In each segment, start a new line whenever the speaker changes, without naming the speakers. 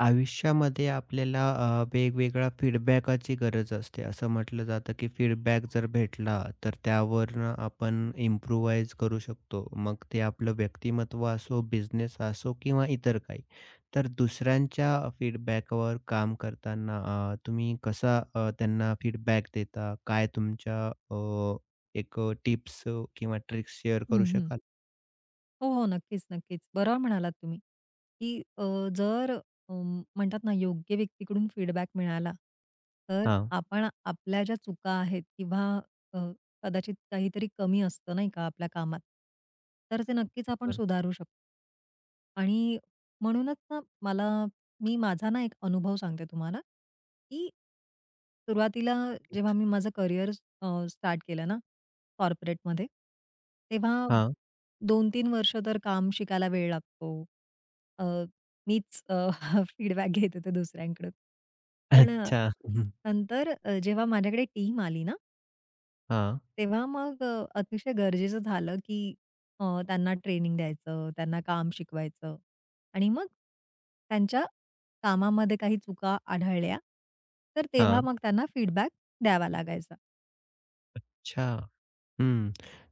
आयुष्यामध्ये आपल्याला वेगवेगळ्या फीडबॅकाची गरज असते. असं म्हटलं जातं, की फीडबॅक जर भेटला, तर त्यावरनं आपण इम्प्रूव्हाइज करू शकतो. मग ते आपलं व्यक्तिमत्व असो, बिझनेस असो किंवा इतर काही. तर दुसऱ्यांच्या फीडबॅकवर काम करताना तुम्ही कसा त्यांना फीडबॅक देता? काय तुमच्या एक टिप्स किंवा ट्रिक्स शेअर करू
हं, हं.
शकाल?
हो, हो. नक्कीच, नक्कीच. बरोबर म्हणालात तुम्ही, की अ, जर अ, म्हणतात ना योग्य व्यक्तीकडून फीडबॅक मिळाला, तर
हां,
आपण आपल्या ज्या चुका आहेत किंवा अ, कदाचित काहीतरी कमी असतं नाही का आपल्या कामात, तर ते नक्कीच आपण
बरोबर.
सुधारू शकतो. आणि म्हणूनच ना मी माझा ना एक अनुभव सांगते तुम्हाला, की सुरुवातीला जेव्हा मी माझं करिअर स्टार्ट केलं ना कॉर्पोरेटमध्ये. तेव्हा
हां.
2 तीन वर्ष तर काम शिकायला वेळ लागतो. अ, मीच फीडबॅक घेत होते दुसऱ्यांकडून. पण
अच्छा. हं.
नंतर जेव्हा माझ्याकडे टीम आली ना,
हां,
तेव्हा मग अतिशय गरजेचं झालं, की त्यांना ट्रेनिंग द्यायचं, त्यांना काम शिकवायचं आणि मग त्यांच्या कामामध्ये काही चुका आढळल्या, तर तेव्हा
हां.
मग त्यांना फीडबॅक द्यावा लागायचा.
अच्छा. हं.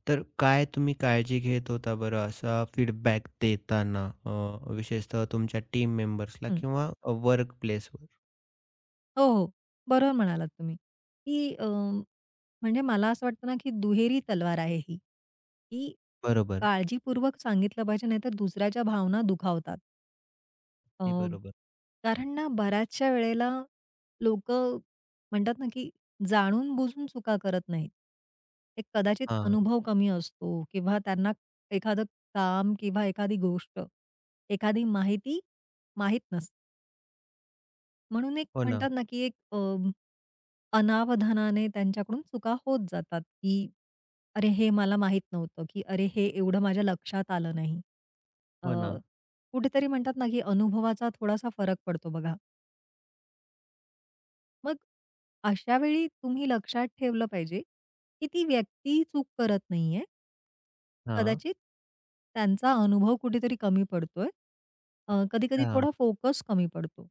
तर काय तुम्ही काळजी घेत होता बरं असा फीडबॅक देताना? विशेषतः तुमच्या टीम मेंबर्सला किंवा वर्क प्लेसवर.
हो, हो. बरोबर म्हणालात तुम्ही, की म्हणजे मला असं वाटतं ना, की दुहेरी तलवार आहे ही, की
बरोबर.
काळजीपूर्वक सांगितलं पाहिजे, नाहीतर दुसऱ्याच्या भावना दुखावतात. अ,
अगदी बरोबर.
कारण ना, बऱ्याचशा वेळेला लोकं म्हणतात ना, की जाणून-बुजून चुका करत नाहीत. एक कदाचित
हां.
अनुभव कमी असतो किंवा त्यांना एखादं काम किंवा एखादी गोष्ट, एखादी माहिती माहीत नसते. म्हणून एक
हो ना,
म्हणतात ना, की एक अनावधानाने त्यांच्याकडून चुका होत जातात, की "अरे, हे मला माहित नव्हतं," की "अरे, हे एवढं माझ्या लक्षात आलं नाही." अ,
हो ना.
कुठेतरी म्हणतात ना, की अनुभवाचा थोडासा फरक पडतो बघा. मग अशा वेळी तुम्ही लक्षात ठेवलं पाहिजे, की ती व्यक्ती चूक करत नाहीये.
हां.
कदाचित त्यांचा अनुभव कुठेतरी कमी पडतोय. कधी-कधी
हां.
थोडा फोकस कमी पडतो.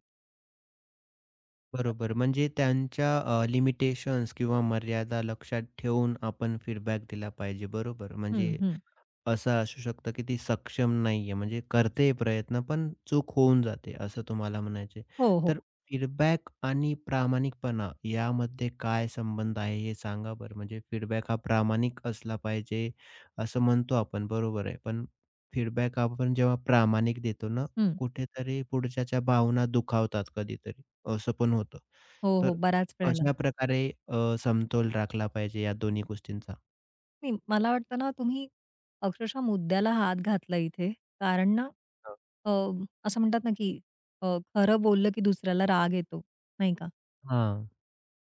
बरोबर. म्हणजे त्यांच्या लिमिटेशन्स किंवा मर्यादा लक्षात ठेवून आपण फीडबॅक दिला पाहिजे. बरोबर.
हं,
म्हणजे
हं.
असं असू शकतं, की ती सक्षम नाहीये. म्हणजे करते प्रयत्न, पण चूक होऊन जाते, असं तुम्हाला म्हणायचं आहे.
हो, हो.
तर फीडबॅक आणि प्रामाणिकपणा यामध्ये काय संबंध आहे, हे सांगा बरं? म्हणजे फीडबॅक हा प्रामाणिक असला पाहिजे, असं म्हणतो आपण, बरोबर आहे. पण फीडबॅक आपण जेव्हा प्रामाणिक देतो ना,
हं.
कुठेतरी पुढच्याच्या भावना दुखावतात कधीतरी, असं पण होतं.
हो, हो.
तर
बऱ्याच वेळेला.
कशाप्रकारे समतोल राखला पाहिजे या दोन्ही गोष्टींचा?
नाही, मला वाटतं ना, तुम्ही अक्षरशः मुद्द्याला हात घातला इथे. कारण ना,
हां.
अ, असं म्हणतात ना, की अ, खरं बोललं की दुसऱ्याला राग येतो, नाही का?
हां,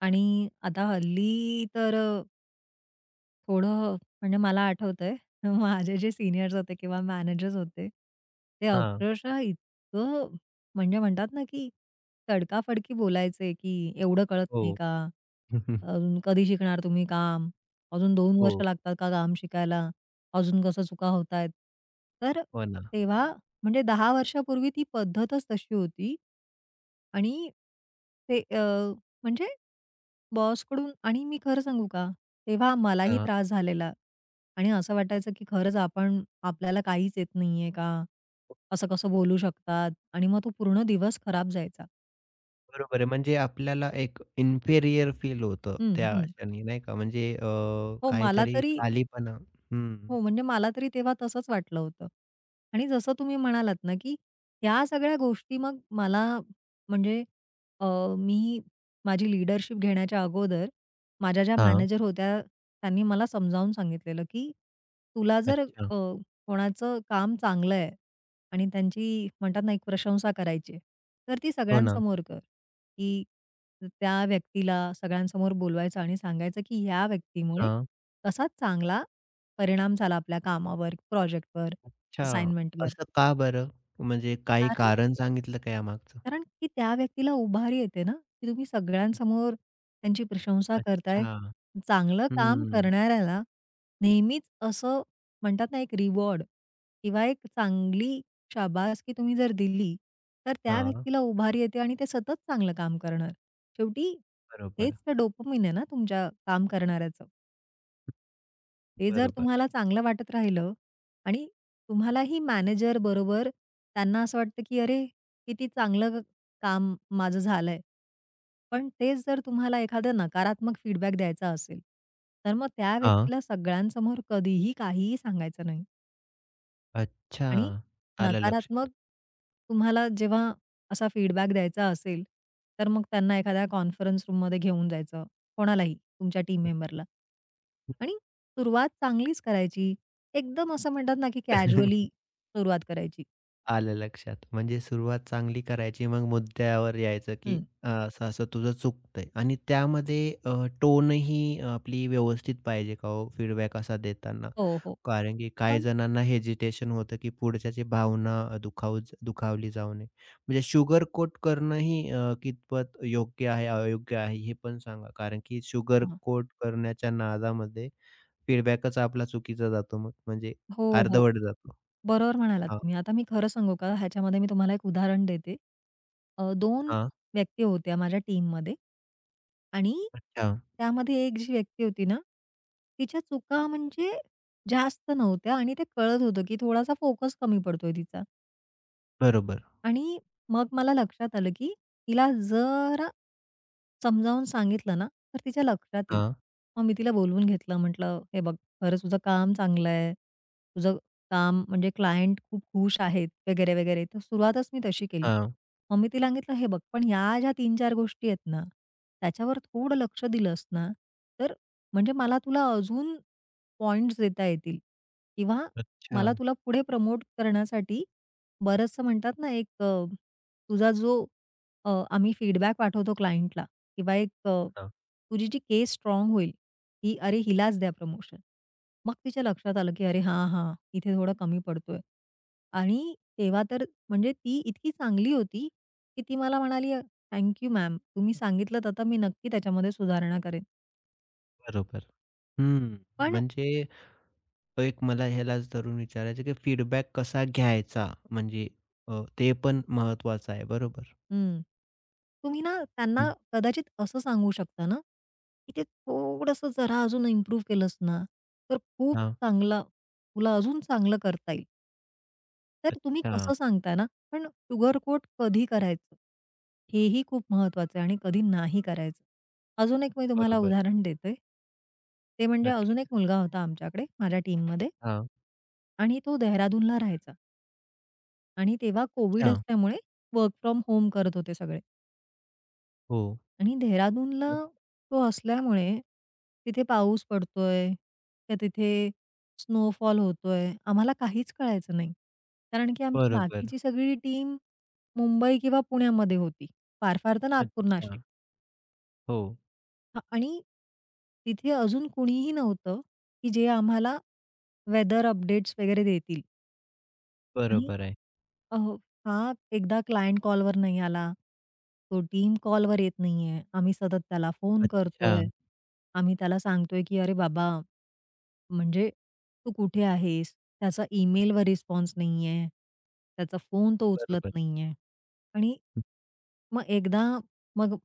आणि आता हल्ली तर थोडं म्हणजे मला आठवतंय माझे जे सीनियर्स होते किंवा मॅनेजर्स होते, ते
हां.
अक्षरशः इतकं म्हणजे म्हणतात ना, की तडकाफडकी बोलायचे, की "एवढं कळत नाही
हो.
का?
हं, हं.
अजून कधी शिकणार तुम्ही काम? अजून 2 वर्ष
हो,
लागतात का काम शिकायला? अजून कसं चुका होतायत?" तर
हो ना.
तेव्हा म्हणजे 10 वर्षापूर्वी ती पद्धतच तशी होती आणि ते म्हणजे बॉसकडून आणि मी खरं सांगू का, तेव्हा मलाही
हां,
त्रास झालेला आणि असं वाटायचं की खरंच आपण आपल्याला काहीच येत नाहीये का? असं कसं बोलू शकतात? आणि मग तो पूर्ण दिवस खराब जायचा.
बरोबर आहे. म्हणजे आपल्याला एक इन्फेरियर फील होतं
हं,
त्या
हं.
क्षणी नाही का? म्हणजे
हो, मला
काहीतरी
तरी
खालीपणा हं.
हो, म्हणजे मला तरी तेव्हा तसंच वाटलं होतं. आणि जसं तुम्ही म्हणालात ना, की ह्या सगळ्या गोष्टी मग मला म्हणजे अ, मी माझी लीडरशिप घेण्याच्या अगोदर माझ्या ज्या
हां,
मॅनेजर होत्या, त्यांनी मला समजावून सांगितलेलं, की तुला जर
अच्छा.
कोणाचं काम चांगलं आहे आणि त्यांची म्हणतात ना, एक प्रशंसा करायची आहे, तर ती
हो ना.
सगळ्यांसमोर कर, की त्या व्यक्तीला सगळ्यांसमोर बोलवायचं आणि सांगायचं, की ह्या व्यक्तीमुळे
हां.
कसा चांगला परिणाम झाला आपल्या कामावर, प्रोजेक्टवर,
अच्छा,
असाइनमेंटवर.
असं का बरं? म्हणजे काही
कारण
कारण सांगितलं का यामागचं?
कारण की त्या व्यक्तीला उभारी येते ना, की तुम्ही सगळ्यांसमोर त्यांची प्रशंसा करताय.
अच्छा.
चांगलं काम
हं.
करणाऱ्याला नेहमीच असं म्हणतात ना, एक रिवॉर्ड किंवा एक चांगली शाबासकी तुम्ही जर दिली, तर त्या
हां,
व्यक्तीला उभारी येते आणि ते सतत चांगलं काम करणार. शेवटी हेच
बरोबर,
तर डोपामाइन आहे ना तुमच्या काम करणाऱ्याचं. ते जर
बरोबर.
तुम्हाला चांगलं वाटत राहिलं आणि तुम्हालाही मॅनेजर बरोबर त्यांना असं वाटतं, की "अरे, किती चांगलं ग काम माझं झालंय." पण तेच जर तुम्हाला एखादा नकारात्मक फीडबॅक द्यायचा असेल, तर मग त्या
हां.
व्यक्तीला सगळ्यांसमोर कधीही काहीही सांगायचं नाही.
अच्छा,
आणि
आलं
नकारात्मक
लक्षात.
तुम्हाला जेव्हा असा फीडबॅक द्यायचा असेल, तर मग त्यांना एखाद्या कॉन्फरन्स रूममध्ये घेऊन जायचं, कोणालाही तुमच्या टीम मेंबरला. आणि सुरुवात चांगलीच करायची. एकदम असं म्हणतात ना, की कॅज्युअली सुरुवात करायची.
आलं लक्षात. म्हणजे सुरुवात चांगली करायची, मग मुद्द्यावर यायचं, की
हं.
असं-असं तुझं चुकतंय आणि त्यामध्ये अ, टोनही आपली व्यवस्थित पाहिजे का हो फीडबॅक असा देताना?
हो, हो.
कारण की काही
पण
जणांना हेजिटेशन होतं, की पुढच्याची भावना दुखावली जाऊ नये. म्हणजे शुगर कोट करणंही कितपत योग्य आहे, अयोग्य आहे हे पण सांगा. कारण की शुगर
हां.
कोट करण्याच्या नादामध्ये फीडबॅकच आपला चुकीचा जातो मग म्हणजे
हो, हो.
अर्धवट जातो.
बरोबर म्हणालात
हां,
तुम्ही. आता मी खरं सांगू का? ह्याच्यामध्ये मी तुम्हाला एक उदाहरण देते. 2 व्यक्ती होत्या माझ्या टीममध्ये आणि
अच्छा.
त्यामध्ये एक जी व्यक्ती होती ना, तिच्या चुका म्हणजे जास्त नव्हत्या आणि ते कळत होतं, की थोडासा फोकस कमी पडतोय तिचा.
बरोबर.
आणि मग मला लक्षात आलं, की तिला जरा समजावून सांगितलं ना, तर तिच्या लक्षात येईल.
हां,
मग मी तिला बोलवून घेतलं. म्हटलं, "हे बघ, खरंच तुझं काम चांगलं आहे. तुझं काम म्हणजे क्लायंट खूप खुश आहेत," वगैरे, वगैरे. तर सुरुवातच मी तशी केली.
हां.
मग मी तिला सांगितलं, "हे बघ, पण या ज्या 3-4 गोष्टी आहेत ना, त्याच्यावर थोडं लक्ष दिलंस ना, तर म्हणजे मला तुला अजून पॉइंट्स देता येतील किंवा
अच्छा.
मला तुला पुढे प्रमोट करण्यासाठी बरंचसं म्हणतात ना एक तुझा जो आम्ही फीडबॅक पाठवतो क्लायंटला किंवा एक
हां,
तुझी जी केस स्ट्रॉंग होईल, की "अरे हिलाच द्या प्रमोशन." मग तिच्या लक्षात आलं, की "अरे हां, हां, इथे थोडं कमी पडतोय." आणि तेव्हा तर म्हणजे ती इतकी चांगली होती, की ती मला म्हणाली, "थँक मॅम. तुम्ही सांगितलंत आता मी नक्की त्याच्यामध्ये सुधारणा करेन."
बरोबर. हं.
पण
म्हणजे एक मला ह्यालाच धरून विचारायचं, की फीडबॅक कसा घ्यायचा? म्हणजे ते पण महत्त्वाचं आहे. बरोबर.
हं. तुम्ही ना त्यांना
हं.
कदाचित असं सांगू शकता ना, की ते थोडंसं जरा अजून इम्प्रूव्ह केलंस ना, तर खूप
हां.
चांगला तुला अजून चांगलं करता येईल. तर तुम्ही
अच्छा.
कसं सांगता ना, पण शुगर कोट कधी करायचं, हेही खूप महत्वाचं आहे आणि कधी नाही करायचं. अजून एक मी तुम्हाला
बरोबर.
उदाहरण देते. ते म्हणजे अजून एक
नक्कीच.
मुलगा होता आमच्याकडे माझ्या टीममध्ये
हां.
आणि तो देहरादूनला राहायचा आणि तेव्हा कोव्हिड
अच्छा.
असल्यामुळे वर्क फ्रॉम होम करत होते सगळे.
हो.
आणि देहरादूनला
मग
तो असल्यामुळे तिथे पाऊस पडतोय का तिथे स्नोफॉल होतोय, आम्हाला काहीच कळायचं नाही. कारण की आमची
बरोबर.
बाकीची सगळी टीम मुंबई किंवा पुण्यामध्ये होती. फार फार तर नागपूर, नाशिक
अच्छा. हो.
हां. आणि तिथे अजून कुणीही नव्हतं, की जे आम्हाला वेदर अपडेट्स वगैरे देतील. आणि
बरोबर आहे.
अहो, हा एकदा क्लायंट कॉलवर नाही आला, तो टीम कॉलवर येत नाहीये. आम्ही सतत त्याला फोन
अच्छा.
करतोय. आम्ही त्याला सांगतोय, की "अरे बाबा, म्हणजे तू कुठे आहेस?" त्याचा ईमेलवर रिस्पॉन्स नाहीये. त्याचा फोन तो उचलत
बरोबर.
नाहीये. आणि
हं,
मग एकदा मग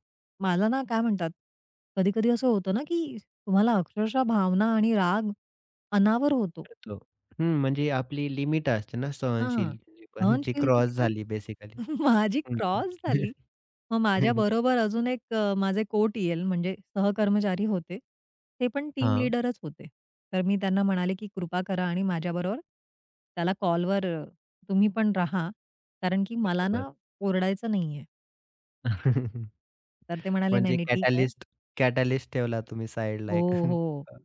मला ना काय म्हणतात, कधी-कधी असं होतं ना, की तुम्हाला अक्षरशः भावना आणि राग अनावर होतो.
करतो. हं. म्हणजे आपली लिमिट असते ना
हां.
सहनशीलतेची पण ती क्रॉस
सहनशीलतेची पण
झाली बेसिकली.
माझी
हं.
क्रॉस झाली. मग माझ्याबरोबर अजून एक माझे कोट येईल म्हणजे सहकर्मचारी होते. ते पण टीम
हां.
लीडरच होते. तर मी त्यांना म्हणाले, की कृपा करा आणि माझ्याबरोबर त्याला कॉलवर तुम्ही पण राहा. कारण की मला
बरोबर.
ना ओरडायचं नाहीये. तर ते म्हणाले, "नाही,
म्हणजे
नाही ठीक आहे."
कॅटॅलिस्ट कॅटॅलिस्ट ठेवला तुम्ही साइडला
हो,
एक.
हो.
हां.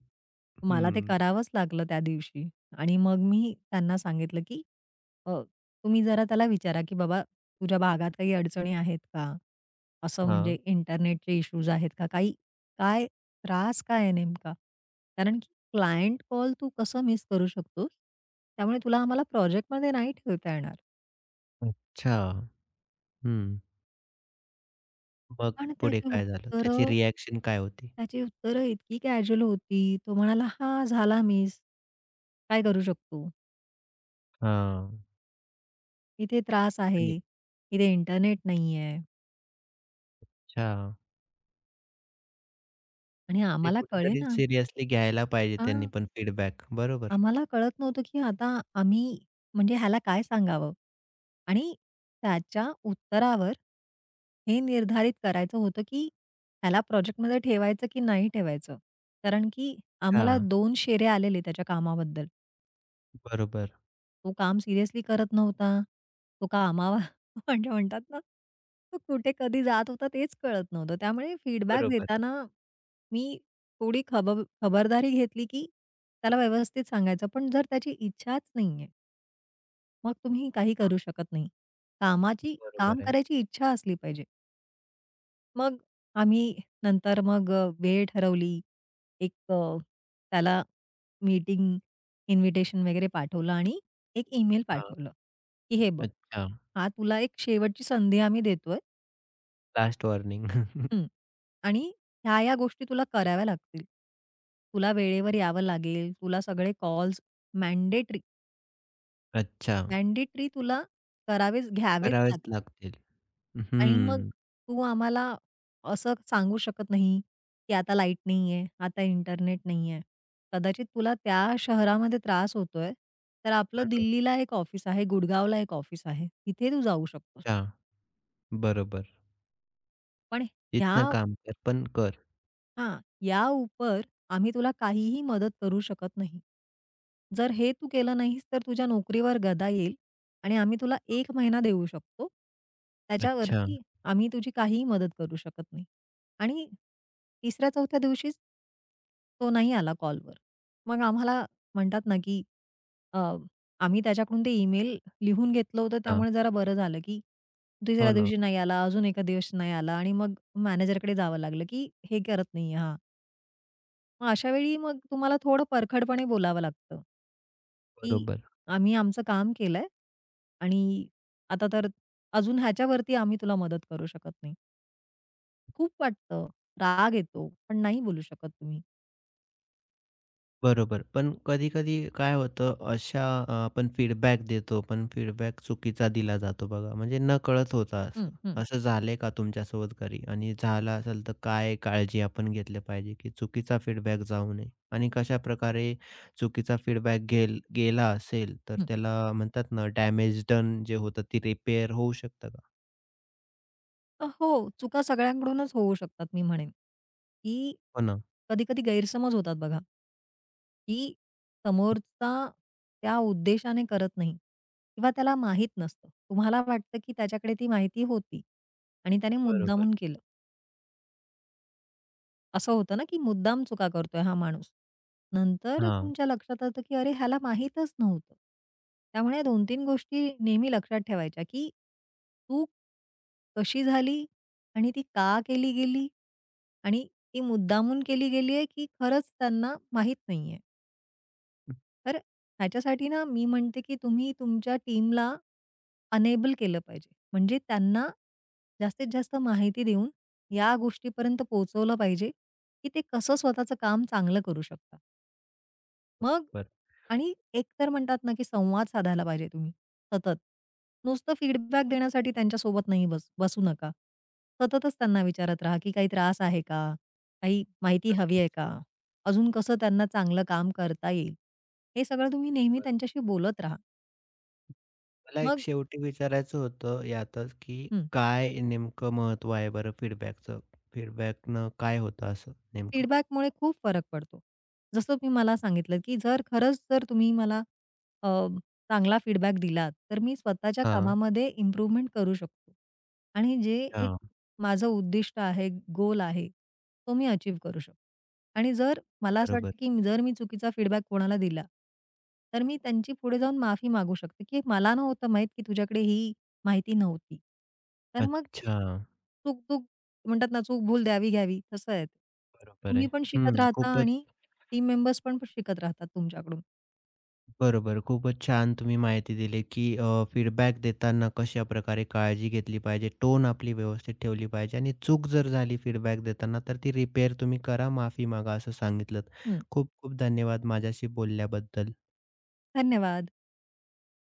मला ते
हं.
करावंच लागलं त्या दिवशी. आणि मग मी त्यांना सांगितलं, की अ, तुम्ही जरा त्याला विचारा, की "बाबा तुझ्या भागात काही अडचणी आहेत का? असं म्हणजे इंटरनेटचे इश्यूज आहेत का? काही काय त्रास काय आहे नेमका?" कारण की क्लायंट कॉल तू कसं मिस करू शकतोस? त्यामुळे तुला आम्हाला प्रोजेक्टमध्ये नाही ठेवता येणार.
अच्छा. हं. मग
पण
पुढे काय झालं? त्याची रिएक्शन काय होती?
त्याची उत्तरं इतकी कॅज्युअल होती. तो म्हणाला, "हां, झाला मिस. काय करू शकतो?
हां.
इथे त्रास आहे,
आणि
इथे इंटरनेट नाहीये."
अच्छा.
आणि
ते
आम्हाला
कुठेतरी
कळेना.
सिरियसली घ्यायला पाहिजे त्यांनी
हां,
पण फीडबॅक. बरोबर.
आम्हाला कळत नव्हतं, की आता आम्ही म्हणजे ह्याला काय सांगावं? आणि त्याच्या उत्तरावर हे निर्धारित करायचं होतं, की ह्याला प्रोजेक्टमध्ये ठेवायचं की नाही ठेवायचं? कारण की
अच्छा.
आम्हाला 2 शेरे आलेले त्याच्या कामाबद्दल.
बरोबर.
तो काम सिरियसली करत नव्हता. तो कामावर म्हणजे म्हणतात ना, तो कुठे कधी जात होता तेच कळत नव्हतं. त्यामुळे फीडबॅक
बरोबर आहे.
देताना मी थोडी खबरदारी घेतली, की त्याला व्यवस्थित सांगायचं. पण जर त्याची इच्छाच नाहीये, मग तुम्ही काही करू शकत नाही. कामाची काम
बरोबर आहे.
करायची इच्छा असली पाहिजे. मग आम्ही नंतर मग वेळ ठरवली. एक त्याला मीटिंग इन्व्हिटेशन वगैरे पाठवलं आणि एक ईमेल
हां.
पाठवलं, की "हे बघ,
अच्छा.
हा तुला एक शेवटची संधी आम्ही देतोय
लास्ट वॉर्निंग.
हं. आणि ह्या-ह्या गोष्टी तुला कराव्या लागतील. तुला वेळेवर यावं लागेल. तुला सगळे कॉल्स मॅन्डेटरी
अच्छा.
मॅन्डेटरी तुला घ्यावेच
करावेच
लागतील."
लागतील.
आणि मग
हं.
तू आम्हाला असं सांगू शकत नाही, की आता लाईट नाहीये, आता इंटरनेट नाहीये. कदाचित तुला त्या शहरामध्ये त्रास होतोय, तर आपलं
हां ना.
दिल्लीला एक ऑफिस आहे, गुडगावला एक ऑफिस आहे. तिथे तू जाऊ शकतोस.
अच्छा. बरोबर.
पण ह्या
इथनं काम कर, पण कर.
हां, या उपर आम्ही तुला काहीही मदत करू शकत नाही. जर हे तू केलं नाहीस तर तुझ्या नोकरीवर गदा येईल आणि आम्ही तुला एक महिना देऊ शकतो.
अच्छा.
त्याच्यावरती आम्ही तुझी काहीही मदत करू शकत नाही. आणि 3ऱ्या-4थ्या दिवशीच तो नाही आला कॉलवर. मग आम्हाला म्हणतात ना, की अ, आम्ही त्याच्याकडून ते ईमेल लिहून घेतलं होतं
हां.
त्यामुळे जरा बरं झालं, की 3ऱ्या
हो ना.
दिवशी नाही आला, अजून एका दिवशी नाही आला आणि मग मॅनेजरकडे जावं लागलं, की हे करत नाहीये हा. मग अशा वेळी मग तुम्हाला थोडं परखडपणे बोलावं लागतं, की
बरोबर,
आम्ही आमचं काम केलंय आणि आता तर अजून ह्याच्यावरती आम्ही तुला मदत करू शकत नाही. खूप वाटतं, राग येतो, पण नाही बोलू शकत तुम्ही.
बरोबर. पण कधी-कधी काय होतं अशा आपण फीडबॅक देतो, पण फीडबॅक चुकीचा दिला जातो बघा. म्हणजे नकळत होतं
हं,
असं.
हं, हं.
असं झालंय का तुमच्यासोबत कधी? आणि झालं असेल तर काय काळजी आपण घेतली पाहिजे, की चुकीचा फीडबॅक जाऊ नये? आणि कशाप्रकारे चुकीचा फीडबॅक गेला असेल, तर त्याला म्हणतात ना डॅमेज डन जे होतं, ती रिपेअर होऊ शकतं का?
हो, चुका सगळ्यांकडूनच होऊ शकतात मी म्हणेन, की
हो ना.
कधी-कधी गैरसमज होतात बघा, की समोरचा त्या उद्देशाने करत नाही किंवा त्याला माहीत नसतं. तुम्हाला वाटतं की त्याच्याकडे ती माहिती होती आणि त्याने
बरोबर.
मुद्दामून केलं. असं होतं ना, की मुद्दाम चुका करतोय हा माणूस. नंतर
हां.
तुमच्या लक्षात येतं, की अरे ह्याला माहीतच नव्हतं. त्यामुळे 2-3 गोष्टी नेहमी लक्षात ठेवायच्या, की चूक कशी झाली आणि ती का केली गेली आणि ती मुद्दामून केली गेली आहे, की खरंच त्यांना माहीत नाहीये. तर ह्याच्यासाठी ना मी म्हणते, की तुम्ही तुमच्या टीमला अनेबल केलं पाहिजे. म्हणजे त्यांना जास्तीत जास्त माहिती देऊन या गोष्टीपर्यंत पोहोचवलं पाहिजे, की ते कसं स्वतःचं काम चांगलं करू शकतात. मग
बरं.
आणि एक तर म्हणतात ना, की संवाद साधायला पाहिजे तुम्ही सतत. नुसतं फीडबॅक देण्यासाठी त्यांच्यासोबत नाही बसू नका. सततच त्यांना विचारत राहा, की काही त्रास आहे का? काही माहिती हवी आहे
नक्कीच.
का? अजून कसं त्यांना चांगलं काम करता येईल? हे सगळं तुम्ही नेहमी त्यांच्याशी बोलत राहा.
मला एक
मग
शेवटी विचारायचं होतं यातच, की
हं.
काय नेमकं महत्त्व आहे बरं फीडबॅकचं? फीडबॅकनं काय होतं असं नेमकं?
फीडबॅकमुळे खूप फरक पडतो. जसं मला सांगितलं, की जर खरंच जर तुम्ही मला अ, चांगला फीडबॅक दिलात, तर मी स्वतःच्या
हां,
कामामध्ये इम्प्रूव्हमेंट करू शकतो. आणि जे एक
हां.
माझं उद्दिष्ट आहे, गोल आहे, तो मी अचीव्ह करू शकतो. आणि जर मला असं
बरोबर.
वाटतं, की जर मी चुकीचा फीडबॅक कोणाला दिला, तर मी त्यांची पुढे जाऊन माफी मागू शकते, की "मला नव्हतं माहीत, की तुझ्याकडे ही माहिती नव्हती." तर मग
अच्छा,
चूक म्हणतात ना चूक भूल द्यावी घ्यावी तसं आहे ते.
बरोबर
तुम्ही
आहे.
पण शिकत
हं,
राहता
खूपच
आणि टीम मेंबर्स पण शिकत राहतात तुमच्याकडून.
बरोबर. खूपच छान तुम्ही माहिती दिली, की फीडबॅक देताना कशाप्रकारे काळजी घेतली पाहिजे, टोन आपली व्यवस्थित ठेवली पाहिजे आणि चूक जर झाली फीडबॅक देताना, तर ती रिपेअर तुम्ही करा, माफी मागा असं सांगितलंत.
हं,
खूप खूप धन्यवाद माझ्याशी बोलल्याबद्दल.
धन्यवाद.